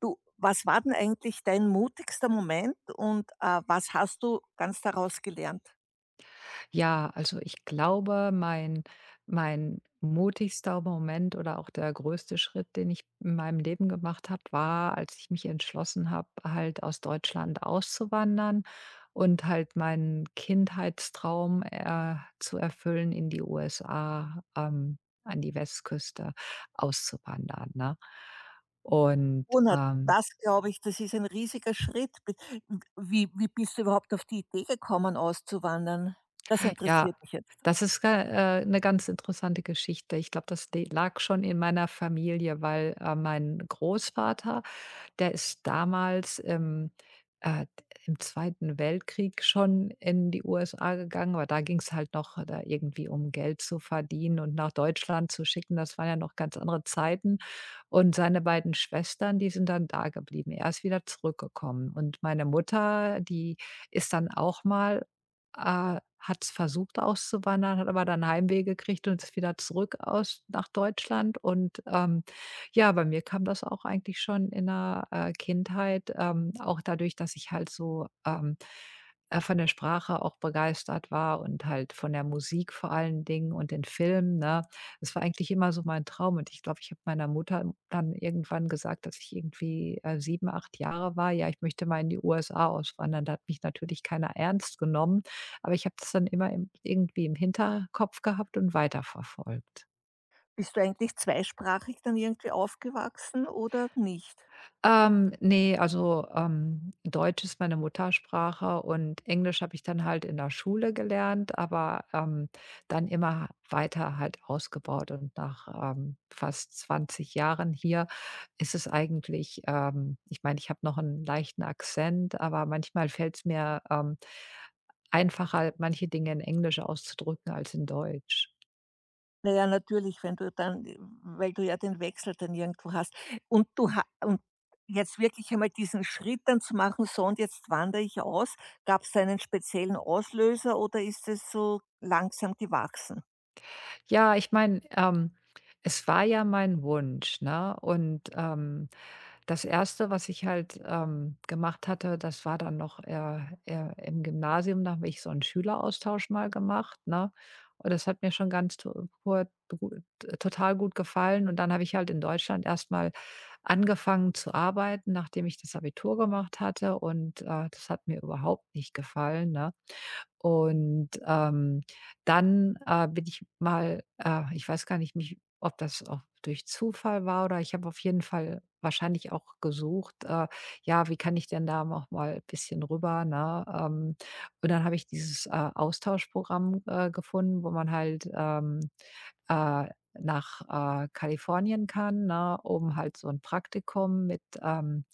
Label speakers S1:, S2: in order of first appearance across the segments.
S1: Du, was war denn eigentlich dein mutigster Moment und, was hast du ganz daraus gelernt?
S2: Ja, also ich glaube, mein mutigster Moment oder auch der größte Schritt, den ich in meinem Leben gemacht habe, war, als ich mich entschlossen habe, halt aus Deutschland auszuwandern und halt meinen Kindheitstraum, zu erfüllen, in die USA, an die Westküste auszuwandern, ne? Und,
S1: Oh, na,
S2: ähm
S1: das glaube ich, das ist ein riesiger Schritt. Bi wie bist du überhaupt auf die Idee gekommen, auszuwandern? Das
S2: Ja,
S1: interessiert mich jetzt.
S2: das ist ga 'ne ganz interessante Geschichte. Ich glaube, das de lag schon in meiner Familie, weil, mein Großvater, der ist damals äh, im 2. Weltkrieg schon in die USA gegangen, aber da ging's halt noch da irgendwie um Geld zu verdienen und nach Deutschland zu schicken. Das waren ja noch ganz andere Zeiten. Und seine beiden Schwestern, die sind dann dageblieben. Er ist wieder zurückgekommen. Und meine Mutter, die ist dann auch mal, hat's versucht auszuwandern, hat aber dann Heimweh gekriegt und ist wieder zurück aus nach Deutschland. Und, ja, bei mir kam das auch eigentlich schon in der, Kindheit, auch dadurch, dass ich halt so, von der Sprache auch begeistert war und halt von der Musik vor allen Dingen und den Filmen, ne? Das war eigentlich immer so mein Traum und ich glaube, ich habe meiner Mutter dann irgendwann gesagt, dass ich irgendwie, 7, 8 Jahre war: „Ja, ich möchte mal in die USA auswandern.“ Da hat mich natürlich keiner ernst genommen. Aber ich habe das dann immer im irgendwie im Hinterkopf gehabt und weiterverfolgt.
S1: Bist du eigentlich zweisprachig dann irgendwie aufgewachsen oder nicht?
S2: Ne, also, Deutsch ist meine Muttersprache und Englisch habe ich dann halt in der Schule gelernt, aber, dann immer weiter halt ausgebaut und nach, fast 20 Jahren hier ist es eigentlich ich meine, ich habe noch einen leichten Akzent, aber manchmal fällt es mir, einfacher, manche Dinge in Englisch auszudrücken als in Deutsch.
S1: Na ja, natürlich, wenn du dann weil du ja den Wechsel dann irgendwo hast. Und du ha und jetzt wirklich einmal diesen Schritt dann zu machen: „So, und jetzt wandere ich aus.“ Gab's da einen speziellen Auslöser oder ist es so langsam gewachsen?
S2: Ja, ich meine, es war ja mein Wunsch, ne? Und, das erste, was ich halt, gemacht hatte, das war dann noch, im Gymnasium, da habe ich so einen Schüleraustausch mal gemacht, ne? Und das hat mir schon ganz to gut gut total gut gefallen. Und dann habe ich halt in Deutschland erstmal angefangen zu arbeiten, nachdem ich das Abitur gemacht hatte und, das hat mir überhaupt nicht gefallen, ne? Und, dann, bin ich mal, ich weiß gar nicht, mich ob das auch durch Zufall war oder ich habe auf jeden Fall wahrscheinlich auch gesucht, ja, wie kann ich denn da noch mal ein bisschen rüber, ne? Und dann habe ich dieses, Austauschprogramm, gefunden, wo man halt, äh, nach, Kalifornien kann, ne, um halt so 'n Praktikum mit, ähm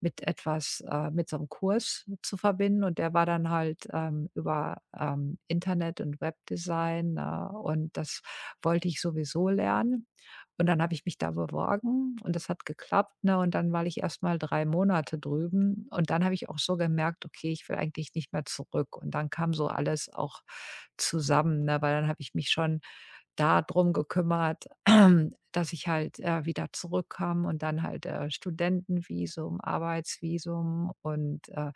S2: mit etwas mit so 'nem Kurs zu verbinden. Und der war dann halt, über, Internet und Webdesign, ne? Und das wollte ich sowieso lernen. Und dann habe ich mich da beworben und das hat geklappt, ne? Und dann war ich erst mal 3 Monate drüben und dann habe ich auch so gemerkt: „Okay, ich will eigentlich nicht mehr zurück.“ Und dann kam so alles auch zusammen, ne? Weil dann habe ich mich schon darum gekümmert, dass ich halt, wieder zurückkomme und dann halt, Studentenvisum, Arbeitsvisum und,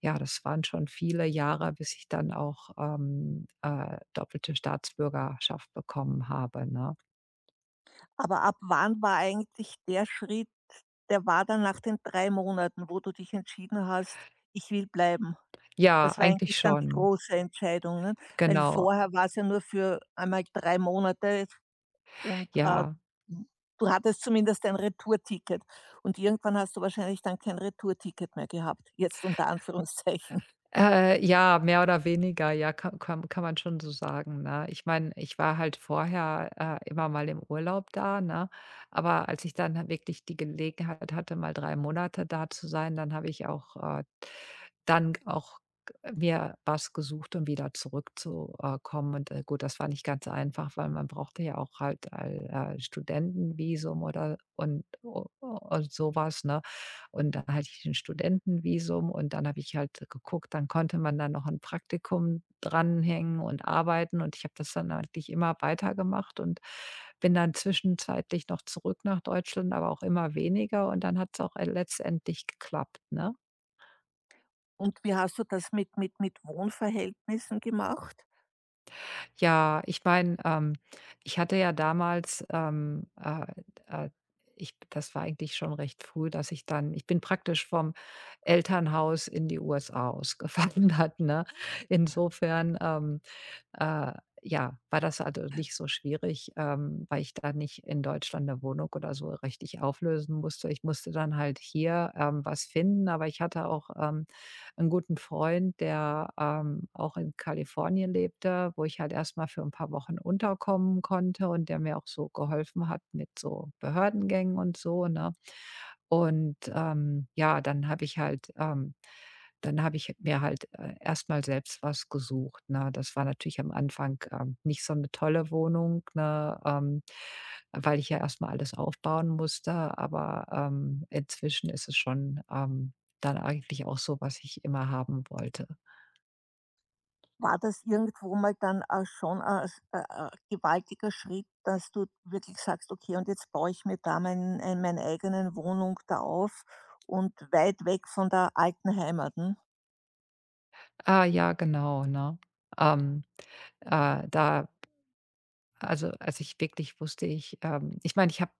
S2: ja, das waren schon viele Jahre, bis ich dann auch, doppelte Staatsbürgerschaft bekommen habe, ne?
S1: Aber ab wann war eigentlich der Schritt, der war dann nach den 3 Monaten, wo du dich entschieden hast: „Ich will bleiben.“
S2: Ja,
S1: Das war
S2: eigentlich
S1: eigentlich dann die
S2: schon.
S1: große Entscheidung, ne? Weil
S2: Genau,
S1: vorher war es ja nur für einmal 3 Monate. Und, äh,
S2: ja.
S1: hm, Du hattest zumindest ein Retourticket und irgendwann hast du wahrscheinlich dann kein Retourticket mehr gehabt, jetzt unter Anführungszeichen.
S2: Ja, mehr oder weniger, ja, kann man schon so sagen, ne? Ich meine, ich war halt vorher, immer mal im Urlaub da, ne? Aber als ich dann wirklich die Gelegenheit hatte, mal 3 Monate da zu sein, dann habe ich auch, dann auch mir was gesucht, um wieder zurückzukommen. Und, gut, das war nicht ganz einfach, weil man brauchte ja auch halt ein Studentenvisum oder und so was, ne? Und da hatte ich 'n Studentenvisum und dann habe ich halt geguckt, dann konnte man da noch ein Praktikum dranhängen und arbeiten und ich habe das dann eigentlich immer weitergemacht und bin dann zwischenzeitlich noch zurück nach Deutschland, aber auch immer weniger und dann hat es auch, letztendlich geklappt, ne?
S1: Und wie hast du das mit mit Wohnverhältnissen gemacht?
S2: Ja, ich meine, ich hatte ja damals, äh, ich das war eigentlich schon recht früh, dass ich dann ich bin praktisch vom Elternhaus in die USA ausgewandert, ne? Insofern, äh, ja, war das also nicht so schwierig, weil ich da nicht in Deutschland eine Wohnung oder so richtig auflösen musste. Ich musste dann halt hier, was finden, aber ich hatte auch, 'n guten Freund, der, auch in Kalifornien lebte, wo ich halt erstmal für ein paar Wochen unterkommen konnte und der mir auch so geholfen hat mit so Behördengängen und so, ne? Und, ja, dann habe ich mir halt, erst selbst was gesucht, ne? Das war natürlich am Anfang, nicht so eine tolle Wohnung, ne, weil ich ja erstmal alles aufbauen musste, aber, inzwischen ist es schon, dann eigentlich auch so, was ich immer haben wollte.
S1: War das irgendwo mal dann auch schon ein s gewaltiger Schritt, dass du wirklich sagst: „Okay, und jetzt baue ich mir da mein meine eigenen Wohnung da auf und weit weg von der alten Heimat“, ne?
S2: Ah, ja, genau, ne? Ähm, da Also, als ich wirklich wusste, ich meine, ich habe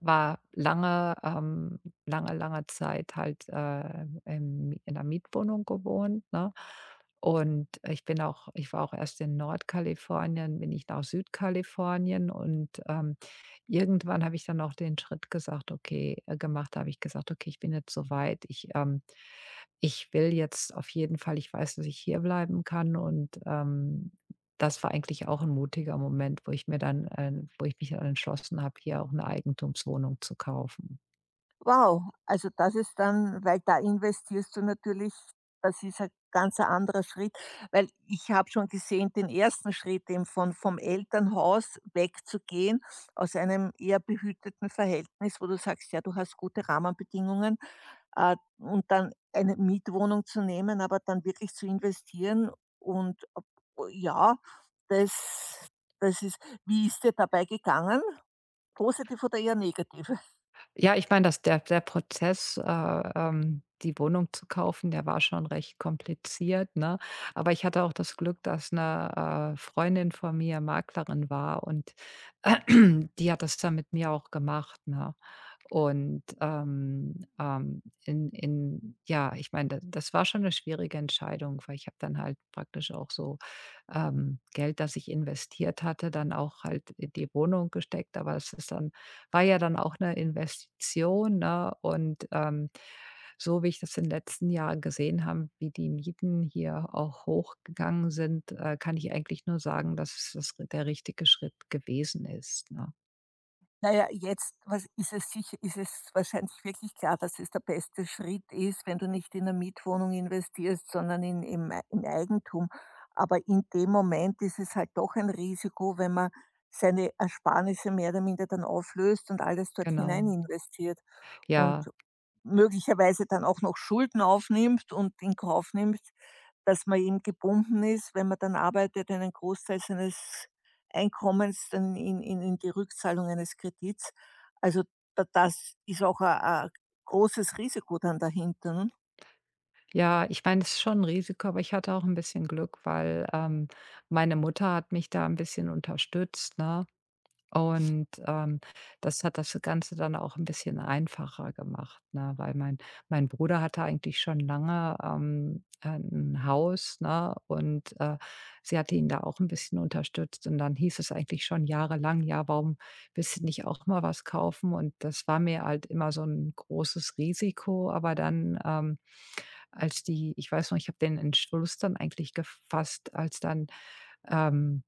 S2: war lange lange, lange Zeit halt, im in einer Mietwohnung gewohnt, ne? Und ich war auch erst in Nordkalifornien, bin ich nach Südkalifornien und, irgendwann habe ich dann auch den Schritt gesagt, okay gemacht, habe ich gesagt: „Okay, ich bin jetzt so weit. Ich will jetzt auf jeden Fall ich weiß, dass ich hier bleiben kann und, das war eigentlich auch ein mutiger Moment, wo ich mich dann entschlossen habe, hier auch eine Eigentumswohnung zu kaufen.“
S1: Wow, also das ist dann, weil da investierst du natürlich, das ist ein ganz ein anderer Schritt, weil ich habe schon gesehen, den ersten Schritt eben von vom Elternhaus wegzugehen, aus einem eher behüteten Verhältnis, wo du sagst: „Ja, du hast gute Rahmenbedingungen.“ Und dann eine Mietwohnung zu nehmen, aber dann wirklich zu investieren und ob ja, das das ist wie ist dir dabei gegangen? Positiv oder eher negativ?
S2: Ja, ich meine, dass der Prozess, die Wohnung zu kaufen, der war schon recht kompliziert, ne? Aber ich hatte auch das Glück, dass 'ne, Freundin von mir Maklerin war und die hat das dann mit mir auch gemacht, ne? Und, in ja, ich meine, da das war schon eine schwierige Entscheidung, weil ich habe dann halt praktisch auch so, Geld, das ich investiert hatte, dann auch halt in die Wohnung gesteckt, aber es ist dann war ja dann auch eine Investition, ne? Und, so wie ich das in den letzten Jahren gesehen habe, wie die Mieten hier auch hochgegangen sind, kann ich eigentlich nur sagen, dass es das der richtige Schritt gewesen ist, ne?
S1: Naja, jetzt was ist es sicher ist es wahrscheinlich wirklich klar, dass es der beste Schritt ist, wenn du nicht in eine Mietwohnung investierst, sondern in im Ei in Eigentum. Aber in dem Moment ist es halt doch ein Risiko, wenn man seine Ersparnisse mehr oder minder dann auflöst und alles dort
S2: Genau.
S1: hinein investiert und
S2: Ja.
S1: möglicherweise dann auch noch Schulden aufnimmt und in Kauf nimmt, dass man eben gebunden ist, wenn man dann arbeitet, einen Großteil seines Einkommens dann in die Rückzahlung eines Kredits. Also, da das ist auch ein großes Risiko dann dahinter, ne?
S2: Ja, ich meine, es ist schon 'n Risiko, aber ich hatte auch ein bisschen Glück, weil, meine Mutter hat mich da ein bisschen unterstützt, ne? Und, das hat das Ganze dann auch ein bisschen einfacher gemacht, ne? Weil mein Bruder hatte eigentlich schon lange, Haus, ne? Und, sie hatte ihn da auch ein bisschen unterstützt. Und dann hieß es eigentlich schon jahrelang: „Ja, warum willst du nicht auch mal was kaufen?“ Und das war mir halt immer so ein großes Risiko. Aber dann, als die ich weiß noch, ich habe den Entschluss dann eigentlich gefasst, als dann, ähm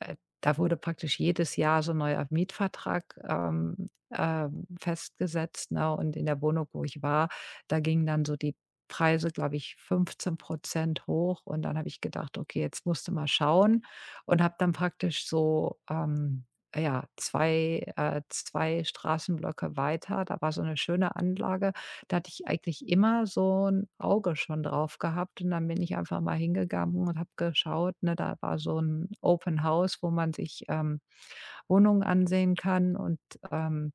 S2: äh, da wurde praktisch jedes Jahr so 'n neuer Mietvertrag, festgesetzt, ne? Und in der Wohnung, wo ich war, da gingen dann so die Preise, glaube ich, 15% hoch. Und dann habe ich gedacht: „Okay, jetzt musst du mal schauen.“ Und habe dann praktisch so, ja, zwei äh 2 Straßenblöcke weiter, da war so eine schöne Anlage. Da hatte ich eigentlich immer so 'n Auge schon drauf gehabt und dann bin ich einfach mal hingegangen und habe geschaut, ne? Da war so 'n Open House, wo man sich, Wohnungen ansehen kann und, ähm,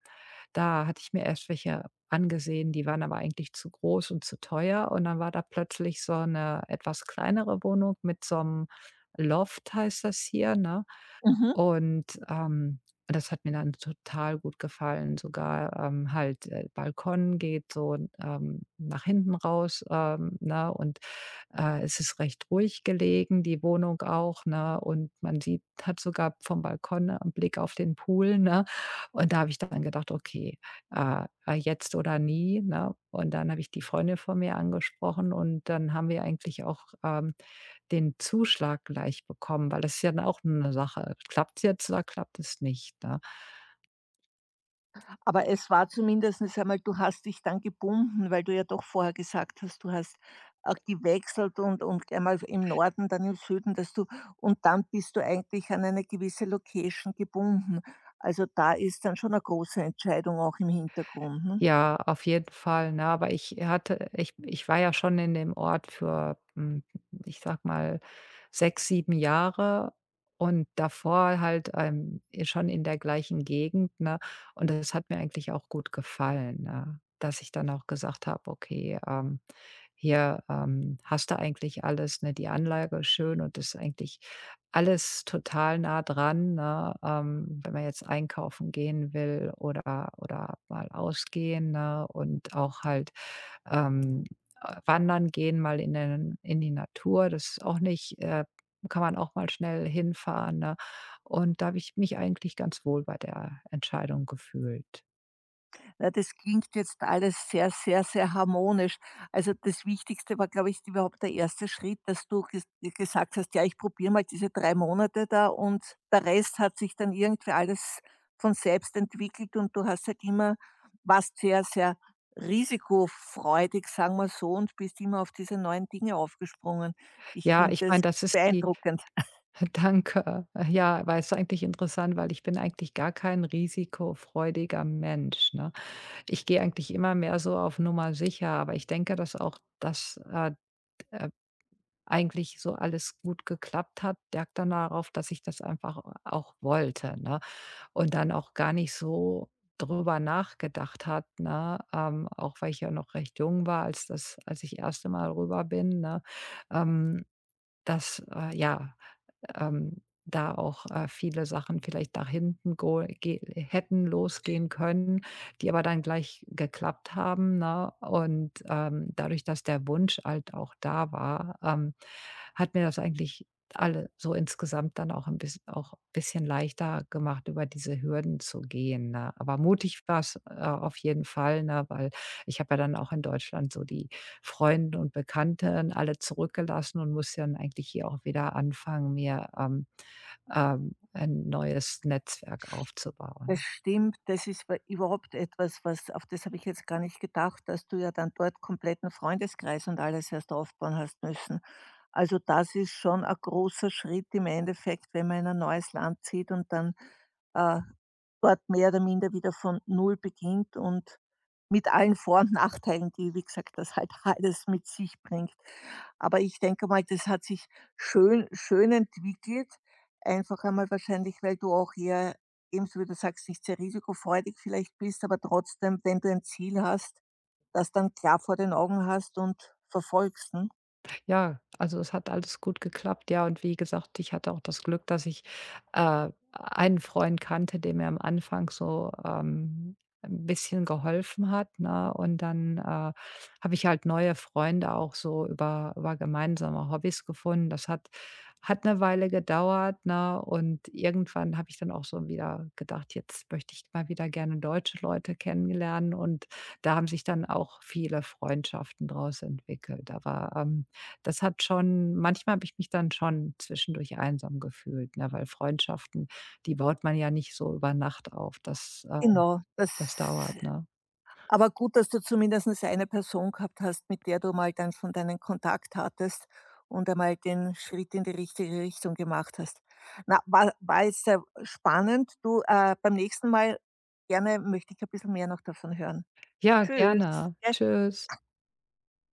S2: da hatte ich mir erst welche angesehen, die waren aber eigentlich zu groß und zu teuer und dann war da plötzlich so 'ne etwas kleinere Wohnung mit so 'nem Loft, heißt das hier, ne?
S1: Mhm.
S2: Und, das hat mir dann total gut gefallen, sogar, halt, Balkon geht so, nach hinten raus, ne, und, es ist recht ruhig gelegen, die Wohnung auch, ne, und man sieht hat sogar vom Balkon 'n Blick auf den Pool, ne? Und da habe ich dann gedacht: „Okay, jetzt oder nie“, ne? Und dann habe ich die Freundin von mir angesprochen und dann haben wir eigentlich auch, den Zuschlag gleich bekommen, weil das ist ja dann auch eine Sache. Klappt's jetzt oder klappt es nicht, ne?
S1: Aber es war zumindestens einmal, du hast dich dann gebunden, weil du ja doch vorher gesagt hast, du hast, gewechselt und einmal im Norden, dann im Süden, dass du und dann bist du eigentlich an eine gewisse Location gebunden. Also, da ist dann schon eine große Entscheidung auch im Hintergrund, ne?
S2: Ja, auf jeden Fall, ne, aber ich hatte ich ich war ja schon in dem Ort für, ich sag mal, 6, 7 Jahre und davor halt, schon in der gleichen Gegend, ne? Und das hat mir eigentlich auch gut gefallen, ne, dass ich dann auch gesagt habe: „Okay, ähm, hier, hast du eigentlich alles, ne? Die Anlage ist schön und ist eigentlich alles total nah dran, ne?“ wenn man jetzt einkaufen gehen will oder mal ausgehen, ne? Und auch halt, ähm, wandern gehen, mal in die Natur, das ist auch nicht kann man auch mal schnell hinfahren, ne? Und da habe ich mich eigentlich ganz wohl bei der Entscheidung gefühlt.
S1: Na, das klingt jetzt alles sehr, sehr, sehr harmonisch. Also das Wichtigste war, glaube ich, überhaupt der erste Schritt, dass du gesagt hast: „Ja, ich probiere mal diese 3 Monate da und der Rest hat sich dann irgendwie alles von selbst entwickelt.“ Und du hast halt immer warst sehr, sehr risikofreudig, sagen wir so, und bist immer auf diese neuen Dinge aufgesprungen. Ich
S2: Ja,
S1: finde
S2: ich
S1: das
S2: meine, das ist die
S1: beeindruckend.
S2: Danke. Ja, weil es ist eigentlich interessant, weil ich bin eigentlich gar kein risikofreudiger Mensch, ne? Ich gehe eigentlich immer mehr so auf Nummer sicher, aber ich denke, dass auch das, äh, eigentlich so alles gut geklappt hat, lag dann darauf, dass ich das einfach auch wollte, ne? Und dann auch gar nicht so drüber nachgedacht hat, ne? Auch weil ich ja noch recht jung war, als ich erste Mal rüber bin, ne? Ähm, dass, da auch, viele Sachen vielleicht nach hinten go ge hätten losgehen können, die aber dann gleich geklappt haben, ne? Und, dadurch, dass der Wunsch halt auch da war, hat mir das eigentlich alle so insgesamt dann auch ein bisschen leichter gemacht, über diese Hürden zu gehen, ne? Aber mutig war's, auf jeden Fall, ne, weil ich habe ja dann auch in Deutschland so die Freunde und Bekannten alle zurückgelassen und muss dann eigentlich hier auch wieder anfangen, mir, ein neues Netzwerk
S1: Das
S2: aufzubauen.
S1: stimmt, das ist wa überhaupt etwas, was auf das habe ich jetzt gar nicht gedacht, dass du ja dann dort kompletten Freundeskreis und alles erst aufbauen hast müssen. Also, das ist schon ein großer Schritt im Endeffekt, wenn man in ein neues Land zieht und dann, äh dort mehr oder minder wieder von null beginnt und mit allen Vor und Nachteilen, die, wie gesagt, das halt alles mit sich bringt. Aber ich denke mal, das hat sich schön entwickelt, einfach einmal wahrscheinlich, weil du auch eher ebenso wie du sagst, nicht sehr risikofreudig vielleicht bist, aber trotzdem, wenn du ein Ziel hast, das dann klar vor den Augen hast und verfolgst, ne?
S2: Ja, also es hat alles gut geklappt, ja. Und wie gesagt, ich hatte auch das Glück, dass ich, einen Freund kannte, der mir am Anfang so, 'n bisschen geholfen hat, ne? Und dann, habe ich halt neue Freunde auch so über gemeinsame Hobbys gefunden. Das hat 'ne Weile gedauert, ne? Und irgendwann habe ich dann auch so wieder gedacht: „Jetzt möchte ich mal wieder gerne deutsche Leute kennenlernen.“ Und da haben sich dann auch viele Freundschaften draus entwickelt. Aber, das hat schon manchmal habe ich mich dann schon zwischendurch einsam gefühlt, ne, weil Freundschaften, die baut man ja nicht so über Nacht auf.
S1: Genau, das.
S2: Das dauert, ne?
S1: Aber gut, dass du zumindestens eine Person gehabt hast, mit der du mal dann schon deinen Kontakt hattest und einmal den Schritt in die richtige Richtung gemacht hast. Na, war jetzt sehr spannend. Du, beim nächsten Mal gerne möchte ich ein bisschen mehr noch davon hören.
S2: Ja, gerne.
S1: Tschüss.
S2: Tschüss.